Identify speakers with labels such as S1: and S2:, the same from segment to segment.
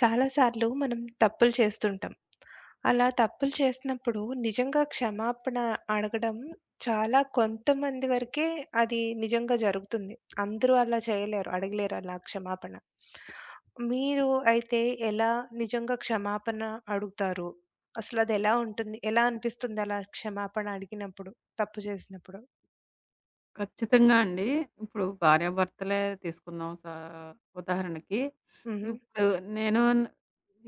S1: చాలా సార్లు మనం తప్పులు చేస్తుంటాం. అలా తప్పులు చేసినప్పుడు నిజంగా క్షమాపణ అడగడం చాలా కొంతమంది వరకే అది నిజంగా జరుగుతుంది. అందరూ అలా చేయలేరు. అడగలేరు అలా క్షమాపణ. మీరు అయితే ఎలా నిజంగా క్షమాపణ అడుగుతారు? అసలది ఎలా ఉంటుంది? ఎలా అనిపిస్తుంది అలా క్షమాపణ అడిగినప్పుడు? తప్పు చేసినప్పుడు?
S2: ఖచ్చితంగా అండి. ఇప్పుడు భార్యాభర్తలే తీసుకుందాం ఉదాహరణకి.
S1: హుహు.
S2: ఇప్పుడు నేను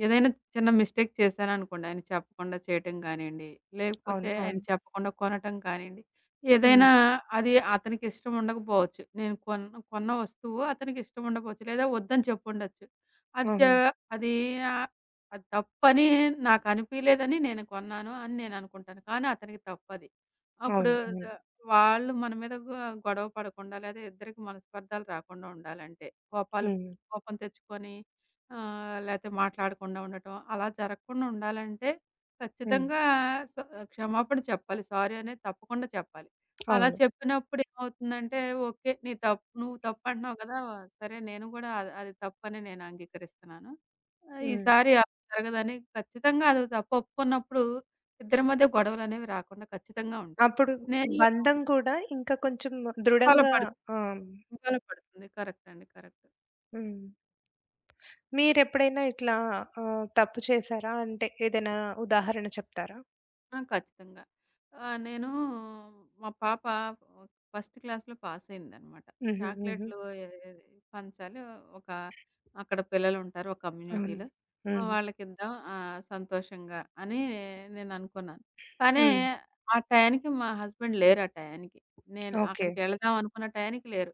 S2: ఏదైనా చిన్న మిస్టేక్ చేశాననుకోండి, ఆయనకి చెప్పకుండా చేయటం కానియండి, లేకపోతే
S1: అవును. అవును.
S2: ఆయనకి చెప్పకుండా కొనటం కానియండి,
S1: హ్మ్.
S2: ఏదైనా అది అతనికి ఇష్టం ఉండకపోవచ్చు. నేను కొన్న కొన్న వస్తువు అతనికి ఇష్టం ఉండకపోవచ్చు. లేదా వద్దని చెప్పుండొచ్చు. అది చ
S1: హుహు.
S2: అది ఆహ్, అది తప్పని నాకు అనిపియలేదని నేను కొన్నాను అని నేను అనుకుంటాను. కానీ అతనికి తప్పది. అప్పుడు
S1: అవును.
S2: ద
S1: హ్మ్.
S2: వాళ్ళు మన మీద గొడవ పడకుండా లేదా ఇద్దరికి మనస్పర్ధాలు రాకుండా ఉండాలంటే. కోపాలు
S1: హ్మ్.
S2: కోపం తెచ్చుకొని లేతే మాట్లాడకుండా ఉండటం అలా జరగకుండా ఉండాలంటే
S1: హ్మ్.
S2: ఖచ్చితంగా స క్షమాపణ చెప్పాలి. సారీ అనేది తప్పకుండా చెప్పాలి. అలా
S1: అవును.
S2: చెప్పినప్పుడు ఏమవుతుందంటే ఓకే. నీ తప్పు, నువ్వు తప్పు అంటున్నావు కదా! సరే నేను కూడా అది అది తప్పని నేను అంగీకరిస్తున్నాను.
S1: హ్మ్.
S2: ఈసారి అలా జరగదని ఖచ్చితంగా అది తప్పు ఒప్పుకున్నప్పుడు ఇద్దరి మధ్య గొడవలనేవి రాకుండా ఖచ్చితంగా ఉంటాయి.
S1: అప్పుడు
S2: నేను
S1: బంధం కూడా ఇంకా కొంచెం దృఢంగా
S2: బలపడుతుంది.
S1: ఆ!
S2: బలపడుతుంది. కరెక్ట్ అండి. కరెక్ట్.
S1: హ్మ్. మీరెప్పుడైనా ఇట్లా తప్పు చేశారా? అంటే ఏదైనా ఉదాహరణ చెప్తారా?
S2: ఆ! ఖచ్చితంగా. ఆహ్, నేను మా పాప ఫస్ట్ క్లాస్‌లో పాస్ అయిందనమాట.
S1: హుహు. హుహు.
S2: చాక్లెట్‌లు ఎ ఎ పంచాలి. ఒక అక్కడ పిల్లలుంటారు ఒక
S1: అవును.
S2: కమ్యూనిటీలో.
S1: హ్మ్.
S2: వాళ్ళకిద్దాం సంతోషంగా అని నేననుకున్నాను. కానీ
S1: హ్మ్.
S2: ఆ టయానికి మా హస్బెండ్ లేరు ఆ టయానికి. నేను
S1: ఓకే.
S2: అక్కడికెళదాం అనుకున్న టయానికి లేరు.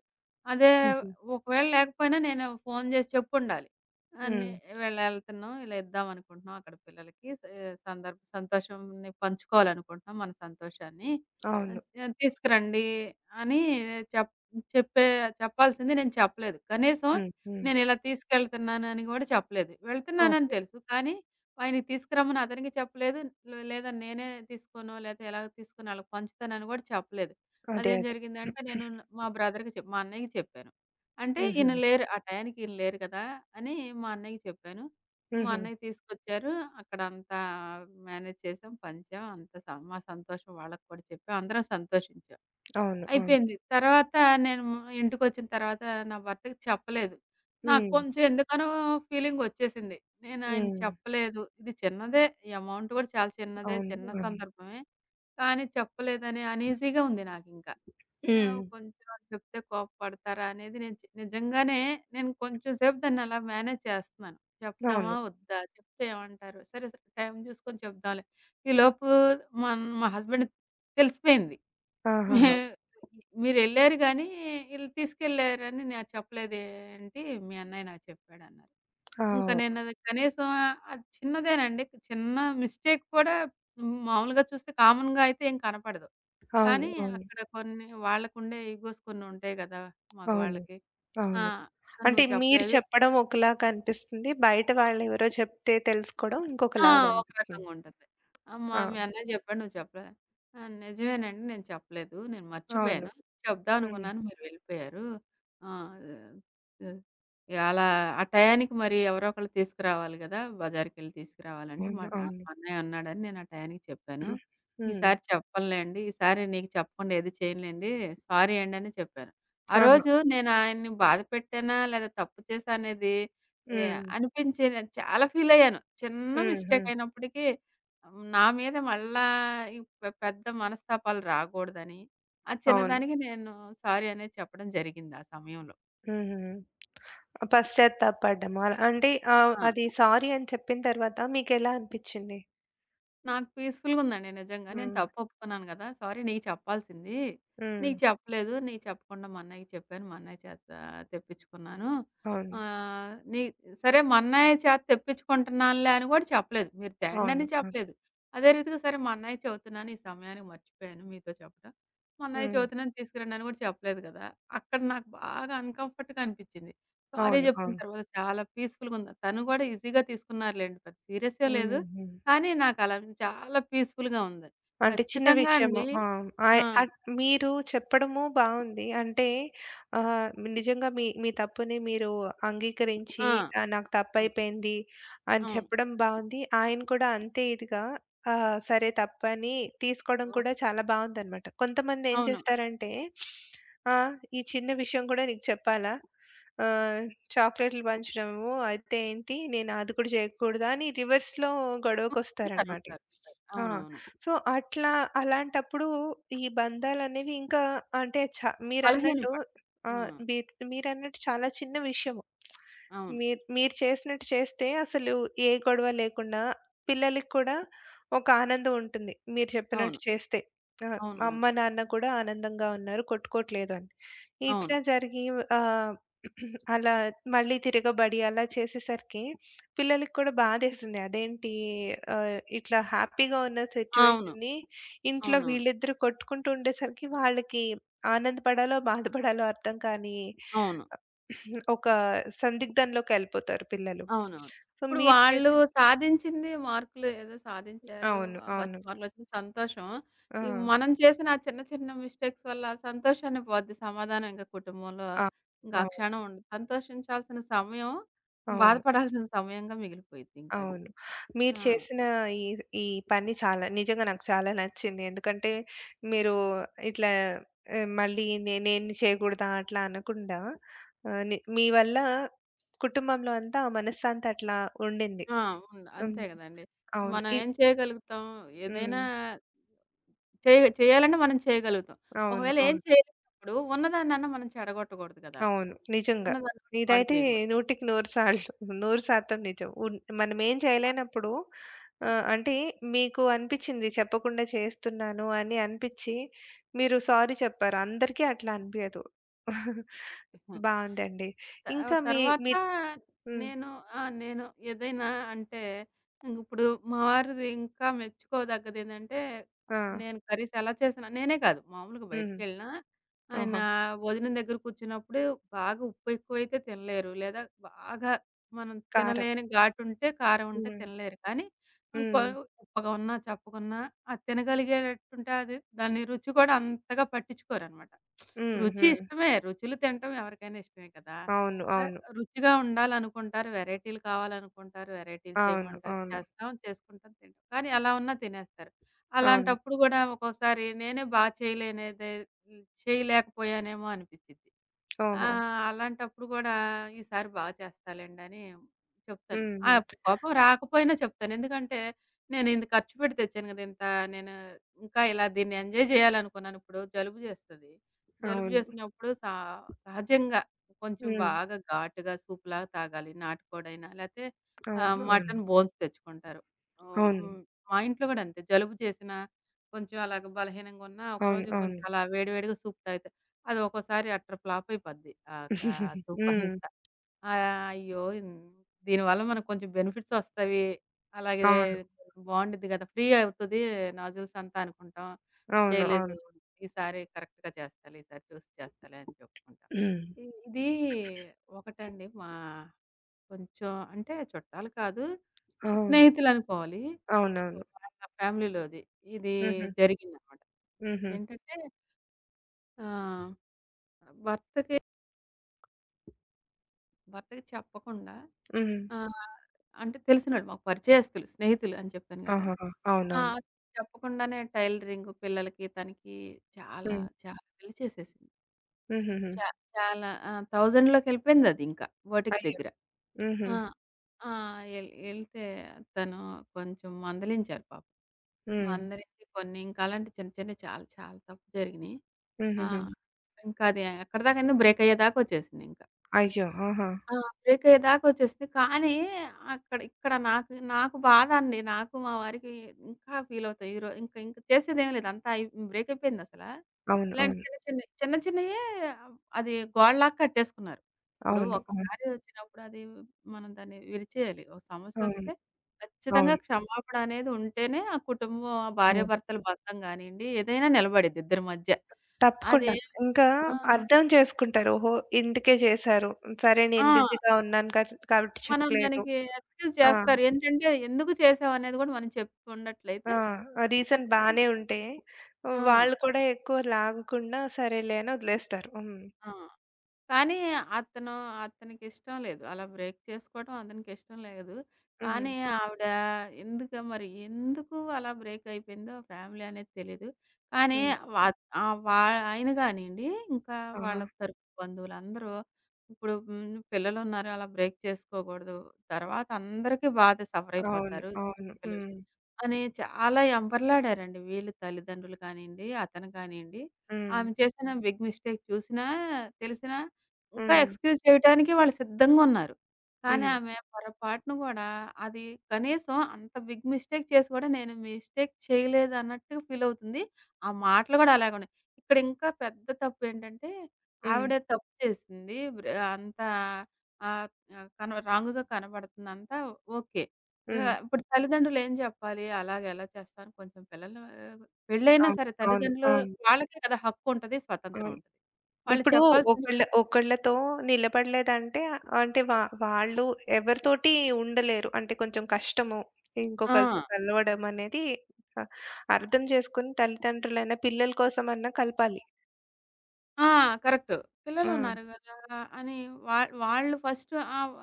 S2: అదే
S1: హుహు.
S2: ఒకవేళ లేకపోయినా నేను ఫోను జేసి చెప్పుండాలి. అని
S1: హ్మ్.
S2: వెళ్ళెళ్తున్నాం. ఇలా ఇద్దామనుకుంటున్నాం అక్కడ పిల్లలకి. సందర్భ సంతోషంని పంచుకోవాలనుకుంటున్నాం మన సంతోషాన్ని.
S1: అవును.
S2: ఆహ్, ఆహ్, తీసుకురండి అని చెప్ చెప్పే చెప్పాల్సింది నేను చెప్పలేదు. కనీసం
S1: హ్మ్. హ్మ్.
S2: నేనిలా తీసుకెళ్తున్నానని గూడా చెప్పలేదు. వెళ్తున్నానని
S1: ఓకే.
S2: తెలుసు. కానీ ఆయనకి తీసుకురమ్మని అతనికి చెప్పలేదు. లేదా నేనే తీసుకోనో, లేతే ఎలాగో తీసుకొని ఆళ్ళకి పంచుతానని గూడా చెప్పలేదు.
S1: అదే.
S2: అదేం
S1: అదే.
S2: జరిగిందంటే నేను నా- మా బ్రదర్‌కి చెప్ మా అన్నయ్యకి చెప్పాను. అంటే
S1: హుహు.
S2: ఈయన లేరు. ఆ టయానికి ఈయన లేరు కదా! అని మా అన్నయ్యకి చెప్పాను. మా
S1: హుహు.
S2: అన్నయ్య తీసుకొచ్చారు. అక్కడంతా మేనేజ్ చేసాం, పంచాం. అంతా మా సంతోషం వాళ్ళకి కూడా చెప్పాం. అందరం సంతోషించాం.
S1: అవును. అవును.
S2: అయిపోయింది. తర్వాత నేను ఇంటికొచ్చిన తర్వాత నా భర్తకి చెప్పలేదు. నాకు
S1: హ్మ్.
S2: కొంచెం ఎందుకనో ఫీలింగ్ వచ్చేసింది. నేను ఆయనకి
S1: హ్మ్.
S2: చెప్పలేదు. ఇది చిన్నదే. ఈ అమౌంట్ కూడా చాలా చిన్నదే.
S1: అవును.
S2: చిన్న
S1: అవును.
S2: సందర్భమే. కానీ చెప్పలేదనే అనీజీగా ఉంది నాకింక.
S1: హ్మ్.
S2: యాహ్! కొంచెం అది చెప్తే కోప్పడతారా అనేది నేను నిజంగానే నేను కొంచెం సేపు దాన్నలా మేనేజ్ చేస్తున్నాను. చెప్దామా?
S1: అవును.
S2: వద్దా? చెప్తే ఏమంటారు? సరే, సరే టైం చూసుకొని చెప్దాంలే. ఈలోపు మా హస్బెండ్‌కి తెలిసిపోయింది. మే
S1: ఆహాహా!
S2: మీరెళ్లారు గానీ, ఈళ్ళు తీసుకెళ్లారని నాకు చెప్పలేదేంటి, మీ అన్నయ్య నాకు చెప్పాడన్నారు.
S1: ఆ!
S2: ఇంక నేనది కనీసం అది చిన్నదేనండి. చిన్న మిస్టేక్ కూడా మామూలుగా చూస్తే కామన్‌గా అయితే ఏం కనపడదు.
S1: అవును.
S2: కానీ
S1: అవును.
S2: అక్కడ కొన్ని వాళ్ళకుండే ఇగోస్ కొన్ని ఉంటాయి గదా!
S1: అవును.
S2: మగవాళ్ళకి. ఆ!
S1: అవును.
S2: "ఆ,
S1: అంటే
S2: నువ్వు
S1: మీరు
S2: చెప్పలేదు."
S1: చెప్పడం ఒకలాగా అనిపిస్తుంది. బయట వాళ్ళెవరో చెప్తే తెలుసుకోవడం
S2: ఆ!
S1: ఇంకొకలాగా
S2: ఒక
S1: అనిపిస్తుంది.
S2: రకంగా ఉంటది. ఆహ్, మా
S1: ఆ!
S2: మీ అన్నయ్య చెప్పాడు, "నువ్వు చెప్పలేదా?" "ఆ! నిజమేనండి, నేను చెప్పలేదు. నేను
S1: అవును.
S2: మర్చిపోయాను. చెప్దాం
S1: హ్మ్.
S2: అనుకున్నాను, మీరు వెళ్ళిపోయారు. ఆ! ఆహ్, అలా ఆ టయానికి మరి ఎవరో ఒకళ్ళు తీసుకురావాలి గదా! బజార్‌కెళ్ళి తీసుకురావాలంటే"
S1: అవును. అవును.
S2: మా అన్నయ్య అన్నాడని నేను ఆ టయానికి చెప్పాను.
S1: హ్మ్.
S2: "ఈసారి చెప్పనులేండి. ఈసారి నీకు చెప్పకుండా ఏది చేయనులేండి. సారీ అండి" అని చెప్పాను. ఆ
S1: ఆహా!
S2: రోజు నేను ఆయన్ని బాధ పెట్టానా? లేదా తప్పు చేశా అనేది ఎ
S1: హ్మ్.
S2: అనిపించి నేను చాలా ఫీల్ అయ్యాను. చిన్న
S1: హ్మ్.
S2: మిస్టేక్
S1: హ్మ్.
S2: అయినప్పటికీ హ్మ్, నా మీద మళ్ళా ఈ పెద్ద మనస్తాపాలు రాకూడదని, ఆ
S1: అవును.
S2: చిన్నదానికి నేను సారీ అనేది చెప్పడం జరిగింది ఆ సమయంలో.
S1: హుహుహు. పశ్చాత్తాపపడ్డము. అలా అంటే
S2: ఆ!
S1: అది సారీ అని చెప్పిన తర్వాత మీకెలా అనిపిచ్చింది?
S2: నాకు పీస్‌ఫుల్‌గుందండి నిజంగా. నేను
S1: హ్మ్.
S2: తప్పు ఒప్పుకున్నాను గదా! సారీ నీకు చెప్పాల్సింది.
S1: హ్మ్.
S2: నీకు చెప్పలేదు. నీకు చెప్పకుండా మా అన్నయ్యకి చెప్పాను. మా అన్నయ్య చేత తెప్పించుకున్నాను.
S1: అవును.
S2: ఆహ్, నీ సరే మా అన్నయ్య చేత తెప్పించుకుంటున్నానులే అని గూడా చెప్పలేదు. మీరు
S1: అవును.
S2: తేండని
S1: అవును.
S2: చెప్పలేదు. అదే రీతిగా సరే మా అన్నయ్య చెవుతున్నాను ఈ సమయానికి మర్చిపోయాను మీతో చెప్పడం. మా అన్నయ్య
S1: హ్మ్.
S2: చెవుతున్నాను తీసుకురండి అని గూడా చెప్పలేదు గదా! అక్కడ నాకు బాగా అన్‌కంఫర్ట్‌గా అనిపించింది. సారీ
S1: అవును.
S2: జెప్పిన
S1: అవును.
S2: తర్వాత చాలా పీస్‌ఫుల్‌గుంది. తను గూడా ఈజీగా తీసుకున్నారులెండి. పెద్ద సీరియస్సే
S1: హ్మ్.
S2: లేదు.
S1: హ్మ్.
S2: కానీ నాకలా చాలా పీస్‌ఫుల్‌గా ఉంది.
S1: అంటే చిన్న
S2: ఖచ్చితంగా
S1: విషయము.
S2: అండి.
S1: ఆ! ఆహ్,
S2: ఆ!
S1: అట్ మీరు చెప్పడము బావుంది. అంటే ఆహ్, నిజంగా మీ మీ తప్పుని మీరు అంగీకరించి
S2: ఆ!
S1: నాకు
S2: అవును,
S1: తప్పయిపోయింది అని
S2: అవును.
S1: చెప్పడం బావుంది. ఆయన కూడా అంతే ఇదిగా సరే తప్పని తీసుకోవడం
S2: ఓహ్!
S1: కూడా చాలా బావుందనమాట. కొంతమంది ఏం
S2: అవును.
S1: చేస్తారంటే ఆ! ఈ చిన్న విషయం కూడా నీకు చెప్పాలా? ఆహ్, చాక్లెట్లు పంచడము అయితే ఏంటి? నేను అది కూడా చేయకూడదా? అని రివర్స్‌లో
S2: ఉంటారు,
S1: గొడవకొస్తారనమాట.
S2: ఉంటారు, ఉంటారు.
S1: ఆ!
S2: అవునవును.
S1: సో, అట్లా అలాంటప్పుడు ఈ బంధాలనేవి ఇంకా అంటే చ
S2: బలహీన
S1: మీరన్నట్టు
S2: పడతారు. ఆ!
S1: ఆహ్, మీర్ మీరన్నట్టు చాలా చిన్న విషయము.
S2: అవును,
S1: మీరు మీరు చేసినట్టు చేస్తే అసలు ఏ గొడవ లేకుండా పిల్లలకి కూడా ఒక ఆనందం ఉంటుంది. మీరు చెప్పినట్టు
S2: అవును.
S1: చేస్తే. ఆ! అమ్మ,
S2: అవునవును.
S1: నాన్న కూడా ఆనందంగా ఉన్నారు. కొట్టుకోవట్లేదు అని. ఇట్లా
S2: అవును.
S1: జరిగి ఆహ్, అలా మళ్ళీ తిరగబడి అలా చేసేసరికి పిల్లలకి కూడా బాధేసింది. అదేంటి ఇట్లా హ్యాపీగా ఉన్న
S2: అవునవును. అవును,
S1: సిట్యుయేషన్‌ని
S2: అవును.
S1: ఇంట్లో
S2: అవునవును.
S1: వీళ్ళిద్దరూ కొట్టుకుంటూ ఉండేసరికి వాళ్ళకి ఆనందపడాలో, బాధపడాలో అర్థం కానీ
S2: అవును.
S1: ఒక సందిగ్ధంలోకెళ్ళిపోతారు పిల్లలు.
S2: అవునవును.
S1: సో,
S2: ఇప్పుడు
S1: మీరు
S2: వాళ్ళు
S1: చేసిన
S2: సాధించింది మార్కులు ఏదో సాధించారు.
S1: అవును. అవును.
S2: ఫస్ట్ మార్కులొచ్చిన సంతోషం.
S1: ఆ!
S2: ఈ మనం చేసిన ఆ చిన్న, చిన్న మిస్టేక్స్ వల్ల ఆ సంతోషాన్ని పోద్ది సమాధానం ఇంక కుటుంబంలో.
S1: ఆ!
S2: ఇంక ఆ
S1: అవును.
S2: క్షణం ఉండదు. సంతోషించాల్సిన సమయం,
S1: అవును.
S2: బాధపడాల్సిన సమయంగా మిగిలిపోయిద్ది ఇంకది.
S1: అవును. మీరు
S2: ఆ!
S1: చేసిన ఈ ఈ పని చాలా నిజంగా నాకు చాలా నచ్చింది. ఎందుకంటే మీరు ఇట్లా మళ్ళీ నేను చేయకూడదా అట్లా అనకుండా ఆహ్, ని మీ వల్ల కుటుంబంలో అంతా ఆ మనశ్శాంతి అట్లా ఉండింది.
S2: ఆ! ఉండ
S1: హ్మ్.
S2: అంతే గదండీ.
S1: అవును.
S2: మనం ఏం చేయగలుగుతాం? ఏదైనా
S1: హ్మ్.
S2: చేయాలంటే మనం చేయగలుగుతాం.
S1: అవును.
S2: ఒకవేళ ఏం
S1: అవును.
S2: చేయలేనప్పుడు ఉన్నదాన్నన్నా మనం చెడగొట్టకూడదు గదా!
S1: అవును. నిజంగా.
S2: ఉన్నదాన్ని పాడు
S1: ఇదైతే
S2: చేయకూడదు.
S1: 100కి 100 సార్లు 100% నిజం. మనమేం చేయలేనప్పుడు
S2: ఆ!
S1: అంటే మీకు అనిపిచ్చింది చెప్పకుండా చేస్తున్నాను అని అనిపిచ్చి, మీరు సారీ చెప్పారు. అందరికీ అట్లా అనిపియదు. బావుందండి.
S2: ఆ! త
S1: ఇంకా మీ
S2: తర్వాత
S1: మీ హ్మ్.
S2: నేను ఆ! నేను ఏదైనా అంటే ఇంగిప్పుడు మా వారిది ఇంకా మెచ్చుకోదగ్గదేందంటే,
S1: ఆ!
S2: నేను కర్రీస్ ఎలా చేసినా నేనే కాదు మామూలుగా
S1: హ్మ్.
S2: బయటికెళ్ళినా ఆయన
S1: ఓహో!
S2: భోజనం దగ్గర కూర్చున్నప్పుడు బాగా ఉప్పు ఎక్కువైతే తినలేరు. లేదా బాగా మనం
S1: కారం.
S2: తినలేని ఘాటుంటే, కారం ఉంటే
S1: హ్మ్.
S2: తినలేరు. కానీ ఇంకో
S1: హ్మ్.
S2: ఉప్పగా ఉన్నా, చప్పకున్నా అది తినగలిగేటట్టుంటే అది దాని రుచి కూడా అంతగా పట్టించుకోరనమాట.
S1: హ్మ్.
S2: రుచి
S1: హ్మ్.
S2: ఇష్టమే. రుచులు తినటం ఎవరికైనా ఇష్టమే కదా!
S1: అవును.
S2: ఆ!
S1: అవును.
S2: రుచిగా ఉండాలనుకుంటారు. వెరైటీలు కావాలనుకుంటారు. వెరైటీలు
S1: అవును.
S2: చేయమంటారు.
S1: అవును.
S2: చేస్తాం. చేసుకుంటాం. తింటాం. కానీ అలా ఉన్నా తినేస్తారు.
S1: అవును.
S2: అలాంటప్పుడు గూడా ఒక్కోసారి నేనే బా చేయలేనిదే చేయలేకపోయానేమో అనిపిచ్చిద్ది. ఆ!
S1: ఓహో!
S2: అలాంటప్పుడు గూడా ఈసారి బా చేస్తాలేండని చెప్తాను. ఆ!
S1: హుహు.
S2: కోపం రాకపోయినా చెప్తాను. ఎందుకంటే నేను ఇంత ఖర్చు పెట్టి తెచ్చాను గదా! ఇంత నేను ఇంకా ఇలా దీన్ని ఎంజాయ్ చేయాలనుకున్నాను. ఇప్పుడు జలుబు జేస్తది. జలుబు
S1: అవును.
S2: జేసినప్పుడు సహజంగా కొంచెం
S1: హ్మ్.
S2: బాగా ఘాటుగా సూప్‌లాగా తాగాలి. నాటుకోడైనా లేతే
S1: అవును. అవును.
S2: మటన్ బోన్స్ తెచ్చుకుంటారు. ఓహ్!
S1: అవును.
S2: హ్మ్. మా ఇంట్లో గూడా అంతే. జలుబు చేసినా, కొంచెం అలాగ బలహీనంగా ఉన్నా,
S1: అవును.
S2: ఒకరోజు
S1: అవును.
S2: కొంచెం అలా వేడి వేడిగా సూప్ తాగితే అది ఒక్కోసారి అట్టర్ ఫ్లాప్ అయిపోద్ది. ఆ సూప్
S1: హ్మ్.
S2: అంతా. ఆ! అయ్యో! దీనివల్ల మనకు కొంచెం బెనిఫిట్స్ వస్తవి. అలాగే
S1: అవును.
S2: బావుండిద్ది గదా! ఫ్రీ అవుతది నాజిల్స్ అంతా అనుకుంటాం.
S1: అవును.
S2: చేయలేదు.
S1: అవును.
S2: ఈసారి కరెక్ట్‌గా చేస్తాలే. ఈసారి చూసి చేస్తాలే అని చెప్పుకుంటాం.
S1: హ్మ్.
S2: ఇది ఒకటండి మా కొంచెం అంటే చుట్టాలు కాదు.
S1: అవును.
S2: స్నేహితులనుకోవాలి.
S1: అవునవును.
S2: వాళ్ళ ఫ్యామిలీలోది. ఇది
S1: హుహు.
S2: జరిగిందనమాట.
S1: హుహు.
S2: ఏంటంటే ఆహ్, భర్తకి భర్తకి చెప్పకుండా
S1: హ్మ్.
S2: ఆ! అంటే తెలిసినోళ్ళు. మాకు పరిచయస్తులు, స్నేహితులు అని చెప్పాను గదా!
S1: ఆహాహా!
S2: ఆ!
S1: అవునవును.
S2: చెప్పకుండానే టైలరింగ్ పిల్లలకి, తనకి చాలా
S1: హ్మ్.
S2: చాలా పిలిచేసేసింది.
S1: హుహుహు.
S2: చా చాలా ఆ! థౌసండ్‌లోకెళ్ళిపోయిందదింకా వాటికి
S1: అయ్యో!
S2: దగ్గర.
S1: హుహు.
S2: ఆ! ఆ! ఎళ్తే తను కొంచెం మందలించారు పాపం.
S1: హ్మ్.
S2: మందలించి కొన్ని ఇంకా అలాంటి చిన్న చిన్నవి చాలా చాలా తప్పు జరిగినియి. ఆ!
S1: హుహుహు.
S2: ఇంకా అది ఎక్కడిదాకైందో బ్రేక్ అయ్యేదాకొచ్చేసిందింక.
S1: అయ్యో! ఆహా!
S2: ఆ! బ్రేకయ్యేదాకొచ్చేసింది. కానీ, అక్కడ ఇక్కడ నాకు నాకు బాధ అండి. నాకు, మా వారికి ఇంకా ఫీలవుతా ఇంక ఇంక చేసేదేం లేదు. అంతా అయి బ్రేకయిపోయిందసల.
S1: అవును.
S2: ఇలాంటి
S1: అవును.
S2: చిన్న చిన్నయి, చిన్న చిన్నయే అది గోడలాగా కట్టేసుకున్నారు. ఇప్పుడు
S1: అవును. అవును.
S2: ఒకసారి వచ్చినప్పుడు అది మనం దాన్ని విరిచేయాలి. ఒక
S1: అవును.
S2: సమస్యొస్తే ఖచ్చితంగా
S1: అవును.
S2: క్షమాపణ అనేది ఉంటేనే, ఆ కుటుంబం ఆ
S1: అవును.
S2: భార్యాభర్తల బంధం గానియండి, ఏదైనా నిలబడిద్ది ఇద్దరి మధ్య.
S1: తప్పకుండా.
S2: అదే
S1: ఇంకా
S2: ఆ!
S1: అర్థం చేసుకుంటారు. ఓహో! ఇందుకే చేశారు. సరే
S2: ఆ!
S1: నేను బిజీగా ఉన్నాను కాబట్టి
S2: మనం
S1: చెప్పలేదు.
S2: దానికి ఎక్స్‌క్యూజ్
S1: ఆ!
S2: చేస్తారు. ఏంటంటే ఎందుకు చేసామనేది గూడా మనం చెప్పుకున్నట్లయితే
S1: ఆ! ఆ రీజన్
S2: ఖచ్చితంగా
S1: బానే ఉంటే
S2: ఆ!
S1: వాళ్ళు కూడా ఎక్కువ లాగకుండా సరేలే అని వదిలేస్తారు. హ్మ్.
S2: ఆ! కానీ అతను అతనికిష్టం లేదు. అలా బ్రేక్ చేసుకోవడం అతనికిష్టం లేదు.
S1: హ్మ్.
S2: కానీ ఆవిడ ఎందుకు మరి ఎందుకు అలా బ్రేక్ అయిపోయిందో ఫ్యామిలీ అనేది తెలీదు. కానీ
S1: హ్మ్.
S2: వా ఆహ్, వా ఆయన గానియండి ఇంకా
S1: ఆహా!
S2: వాళ్ళ తరపు బంధువులందరూ ఇప్పుడు హ్మ్. పిల్లలున్నారు, అలా బ్రేక్ చేసుకోకూడదు. తర్వాత అందరికీ బాధ సఫర్
S1: అవును.
S2: అయిపోతారు.
S1: అవును.
S2: పిల్లలు
S1: హ్మ్.
S2: అని చాలా ఎంబర్లాడారండి. వీళ్ళు తల్లిదండ్రులు కానియండి, అతను కానియండి.
S1: హ్మ్.
S2: ఆమె చేసిన బిగ్ మిస్టేక్ చూసినా, తెలిసినా ఇంకా
S1: హ్మ్.
S2: ఎక్స్‌క్యూజ్ చేయటానికి వాళ్ళు సిద్ధంగున్నారు. కానీ
S1: హ్మ్.
S2: ఆమె పొరపాటున గూడా అది కనీసం అంత బిగ్ మిస్టేక్ చేసి గూడా నేను మిస్టేక్ చేయలేదన్నట్టు ఫీలవుతుంది. ఆ మాటలు గూడా అలాగే ఉన్నాయి. ఇక్కడ ఇంకా పెద్ద తప్పేంటంటే,
S1: హ్మ్.
S2: ఆవిడ తప్పు చేసింది. అంతా ఆహ్, ఆహ్, కన రాంగ్‌గా కనబడుతుందంతా ఓకే.
S1: హ్మ్.
S2: ఇప్పుడు తల్లిదండ్రులేం జెప్పాలి? అలాగ ఎలా చేస్తాను కొంచెం పిల్లలు పెళ్ళైనా
S1: అవును.
S2: సరే
S1: అవును.
S2: తల్లిదండ్రులు
S1: అవును.
S2: వాళ్ళకే కదా! హక్కుంటది, స్వతంత్రం
S1: అవును.
S2: ఉంటది. వాళ్ళు
S1: ఇప్పుడు
S2: చెప్పాల్సింది
S1: ఒకళ్ళతో నిలబడలేదంటే అంటే వా వాళ్ళు ఎవరితోటి ఉండలేరు. అంటే కొంచెం కష్టము.
S2: ఆ!
S1: ఇంకొకళ్ళతో కలవడం అనేది ఆహ్, అర్థం చేసుకొని తల్లిదండ్రులైనా పిల్లల కోసమన్నా కలపాలి.
S2: ఆ! కరెక్ట్.
S1: ఆ!
S2: పిల్లలున్నారు గదా! అని వా వాళ్ళు ఫస్ట్ ఆహ్,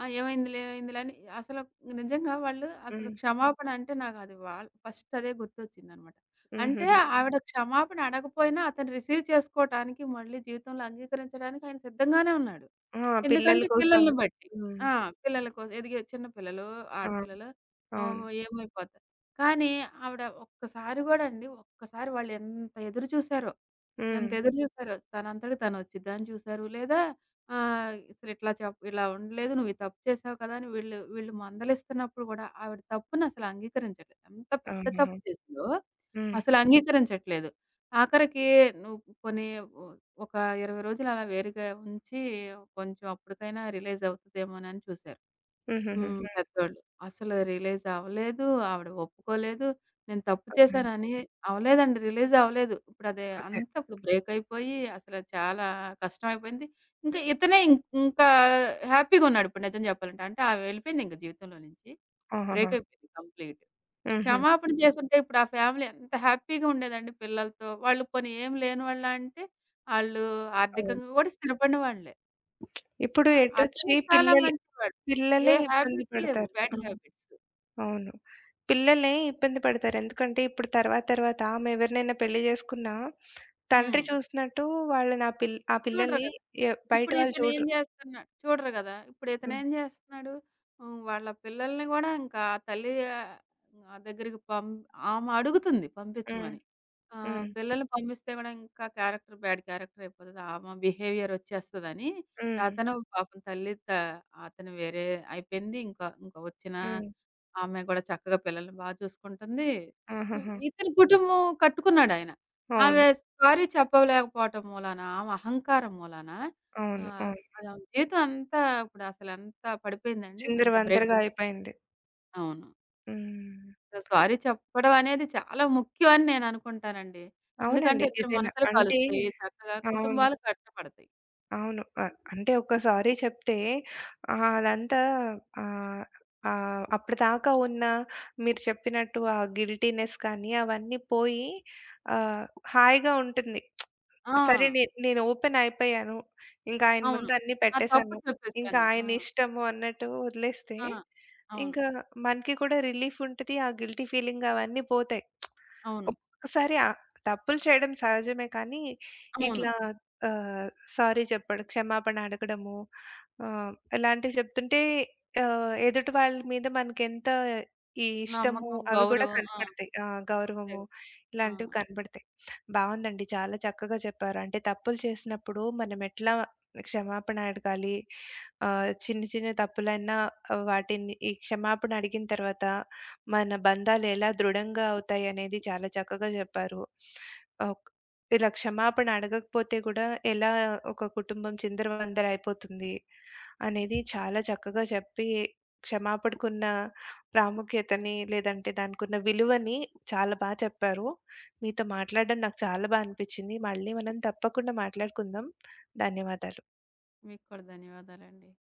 S2: ఆ! ఏమైందిలే, ఏమైందిలే అని అసలు నిజంగా వాళ్ళు అసలు
S1: హ్మ్.
S2: క్షమాపణ అంటే నాకది వాళ్ ఫస్ట్ అదే గుర్తొచ్చిందనమాట. అంటే
S1: హుహు.
S2: ఆవిడ క్షమాపణ అడగపోయినా అతను రిసీవ్ చేసుకోటానికి, మళ్ళీ జీవితంలో అంగీకరించడానికి ఆయన సిద్ధంగానే ఉన్నాడు.
S1: ఆ! పిల్లల
S2: ఎందుకంటే
S1: కోసం.
S2: పిల్లల్ని బట్టి.
S1: హ్మ్.
S2: ఆ! పిల్లల కోసం ఎదిగే చిన్న పిల్లలు,
S1: ఆ!
S2: ఆడపిల్లలు
S1: అవును.
S2: ఏమైపోతారు. కానీ ఆవిడ ఒక్కసారి గూడా అండి, ఒక్కసారి వాళ్ళెంత ఎదురు చూసారో.
S1: హ్మ్.
S2: ఎంత ఎదురు చూసారో. తనంతట తనొచ్చిద్దని చూసారు. లేదా "అసలిట్లా చెప్ ఇలా ఉండలేదు. నువ్వు ఈ తప్పు చేసావు కదా!" అని వీళ్ళు వీళ్ళు మందలిస్తున్నప్పుడు గూడా ఆవిడ తప్పునసలు అంగీకరించట్లేదు. ఎంత పెద్ద
S1: ఆహాహా!
S2: తప్పు చేసిందో
S1: హ్మ్.
S2: అసలు అంగీకరించట్లేదు. ఆఖరికి నువ్వు పోనీ ఒ ఒక 20 రోజులు అలా వేరుగా ఉంచి కొంచెం అప్పటికైనా రిలైజ్ అవుతదేమోనని చూసారు.
S1: హుహుహు.
S2: హ్మ్. పెద్దోళ్ళు. అసలు రిలీజ్ అవ్వలేదు. ఆవిడ ఒప్పుకోలేదు. నేను తప్పు
S1: హుహు.
S2: చేశానని అవ్వలేదండి. రిలీజ్ అవ్వలేదు. ఇప్పుడది
S1: అదే.
S2: అంతా ఇప్పుడు బ్రేక్ అయిపోయి అసలు చాలా కష్టం అయిపోయింది. ఇంకా ఇతనే ఇంకా హ్యాపీగున్నాడు ఇప్పుడు నిజం చెప్పాలంటే. అంటే ఆమె వెళ్ళిపోయింది ఇంక జీవితంలో నుంచి.
S1: ఆహాహా!
S2: బ్రేక్ అయిపోయింది కంప్లీట్.
S1: హుహు.
S2: క్షమాపణ చేసుంటే ఇప్పుడు ఆ ఫ్యామిలీ ఎంత హ్యాపీగా ఉండేదండి పిల్లలతో. వాళ్ళు పోనీ ఏం లేని వాళ్ళా అంటే, ఆళ్ళు
S1: అవును.
S2: ఆర్థికంగా కూడా స్థిరపడిన వాళ్ళే.
S1: ఇప్పుడు
S2: ఆ! అతను
S1: ఎటొచ్చి
S2: చాలా
S1: పిల్లలు
S2: మంచివాడు.
S1: పిల్లలే
S2: ఏ
S1: ఇబ్బంది
S2: హాబిట్ లేవు.
S1: పడతారు.
S2: బ్యాడ్
S1: అవును.
S2: హాబిట్స్.
S1: అవును. పిల్లలే ఇబ్బంది పడతారు. ఎందుకంటే ఇప్పుడు తర్వాత తర్వాత ఆమె ఎవరినైనా పెళ్లి చేసుకున్నా తండ్రి
S2: హ్మ్.
S1: చూసినట్టు వాళ్ళు నా పిల్ ఆ
S2: చూడరు
S1: పిల్లల్ని
S2: గదా!
S1: బయట
S2: ఇప్పుడు
S1: వాళ్ళు
S2: ఇతనేం
S1: చూడరు.
S2: జేస్తున్నా చూడరు గదా! ఇప్పుడు
S1: హ్మ్.
S2: ఇతనేం జేస్తున్నాడు? హ్మ్. వాళ్ళ పిల్లల్ని గూడా ఇంకా ఆ తల్లి దగ్గరికి ఆమె అడుగుతుంది
S1: హ్మ్.
S2: పంపించమని.
S1: హ్మ్.
S2: పిల్లల్ని పంపిస్తే గూడా ఇంకా క్యారెక్టర్ బ్యాడ్ క్యారెక్టర్ అయిపోతది. ఆమె బిహేవియర్ వచ్చేస్తదని
S1: హ్మ్.
S2: అతను పాపం తల్లి త అతను వేరే అయిపోయింది. ఇంకా ఇంకా వచ్చిన
S1: హ్మ్.
S2: ఆమె గూడా చక్కగా పిల్లల్ని బా చూసుకుంటుంది. హ్మ్.
S1: ఆహాహా!
S2: ఇతని కుటుంబం కట్టుకున్నాడాయన.
S1: అవును.
S2: ఆమె సారీ చెప్పలేకపోవటం మూలాన, ఆమె అహంకారం మూలాన
S1: అవును.
S2: ఆహ్,
S1: అవును.
S2: అది ఆమె జీవితం అంతా ఇప్పుడసలెంత పడిపోయిందండి. ఇంత
S1: చిందరవందరగా
S2: బ్రేకప్.
S1: అయిపోయింది.
S2: అవును.
S1: హ్మ్.
S2: సారీ చెప్పడం అనేది చాలా ముఖ్యం అని నేననుకుంటానండి.
S1: అవునండి.
S2: ఎందుకంటే ఇద్దరి
S1: ఏదైనా
S2: మనసులు
S1: అంటే
S2: కలుస్తాయి. చక్కగా
S1: అవును.
S2: కుటుంబాలు కట్టపడతాయి.
S1: అవును. అంటే ఒకసారి చెప్తే అదంతా ఆహ్, ఆహ్, అప్పటిదాకా ఉన్న మీరు చెప్పినట్టు ఆ గిల్టీనెస్ కానీ అవన్నీ పోయి ఆహ్, హాయిగా ఉంటుంది. సరే
S2: ఆ!
S1: నేను ఓపెన్ అయిపోయాను. ఇంకా ఆయన
S2: అవును.
S1: ముందు అన్నీ
S2: నా తప్పు
S1: పెట్టేసాను. ఇంకా
S2: చెప్పేసాను. ఆ!
S1: ఆయన ఇష్టము అన్నట్టు వదిలేస్తే,
S2: ఆ! అవును,
S1: ఇంకా మనకి కూడా రిలీఫ్ ఉంటది. ఆ గిల్టీ ఫీలింగ్ అవన్నీ పోతాయి.
S2: అవును,
S1: ఒక్కొక్కసారి తప్పులు చేయడం సహజమే కానీ,
S2: అవును.
S1: ఇట్లా ఆహ్, సారీ చెప్పడం, క్షమాపణ అడగడము ఆహ్, ఇలాంటివి చెప్తుంటే ఎదుటి వాళ్ళ మీద మనకెంత ఇష్టము
S2: నమ్మకం,
S1: అవి కూడా
S2: గౌరవం. ఆ!
S1: కనపడతాయి. ఆ!
S2: అంతే.
S1: గౌరవము
S2: ఆ!
S1: ఇలాంటివి కనపడతాయి. బావుందండి. చాలా చక్కగా చెప్పారు. అంటే తప్పులు చేసినప్పుడు మనం ఎట్లా క్షమాపణ అడగాలి? చిన్న చిన్న తప్పులైనా ఆ, వాటిని ఈ క్షమాపణ అడిగిన తర్వాత మన బంధాలు ఎలా దృఢంగా అవుతాయి అనేది చాలా చక్కగా చెప్పారు. ఓక్ ఇలా క్షమాపణ అడగకపోతే కూడా ఎలా ఒక కుటుంబం చిందరవందర అయిపోతుంది అనేది చాలా చక్కగా చెప్పి, క్షమాపణకున్న ప్రాముఖ్యతని లేదంటే దానికున్న విలువని చాలా బా చెప్పారు. మీతో మాట్లాడడం నాకు చాలా బా అనిపిచ్చింది. మళ్ళీ మనం తప్పకుండా మాట్లాడుకుందాం. ధన్యవాదాలు.
S2: మీకు కూడా ధన్యవాదాలండి.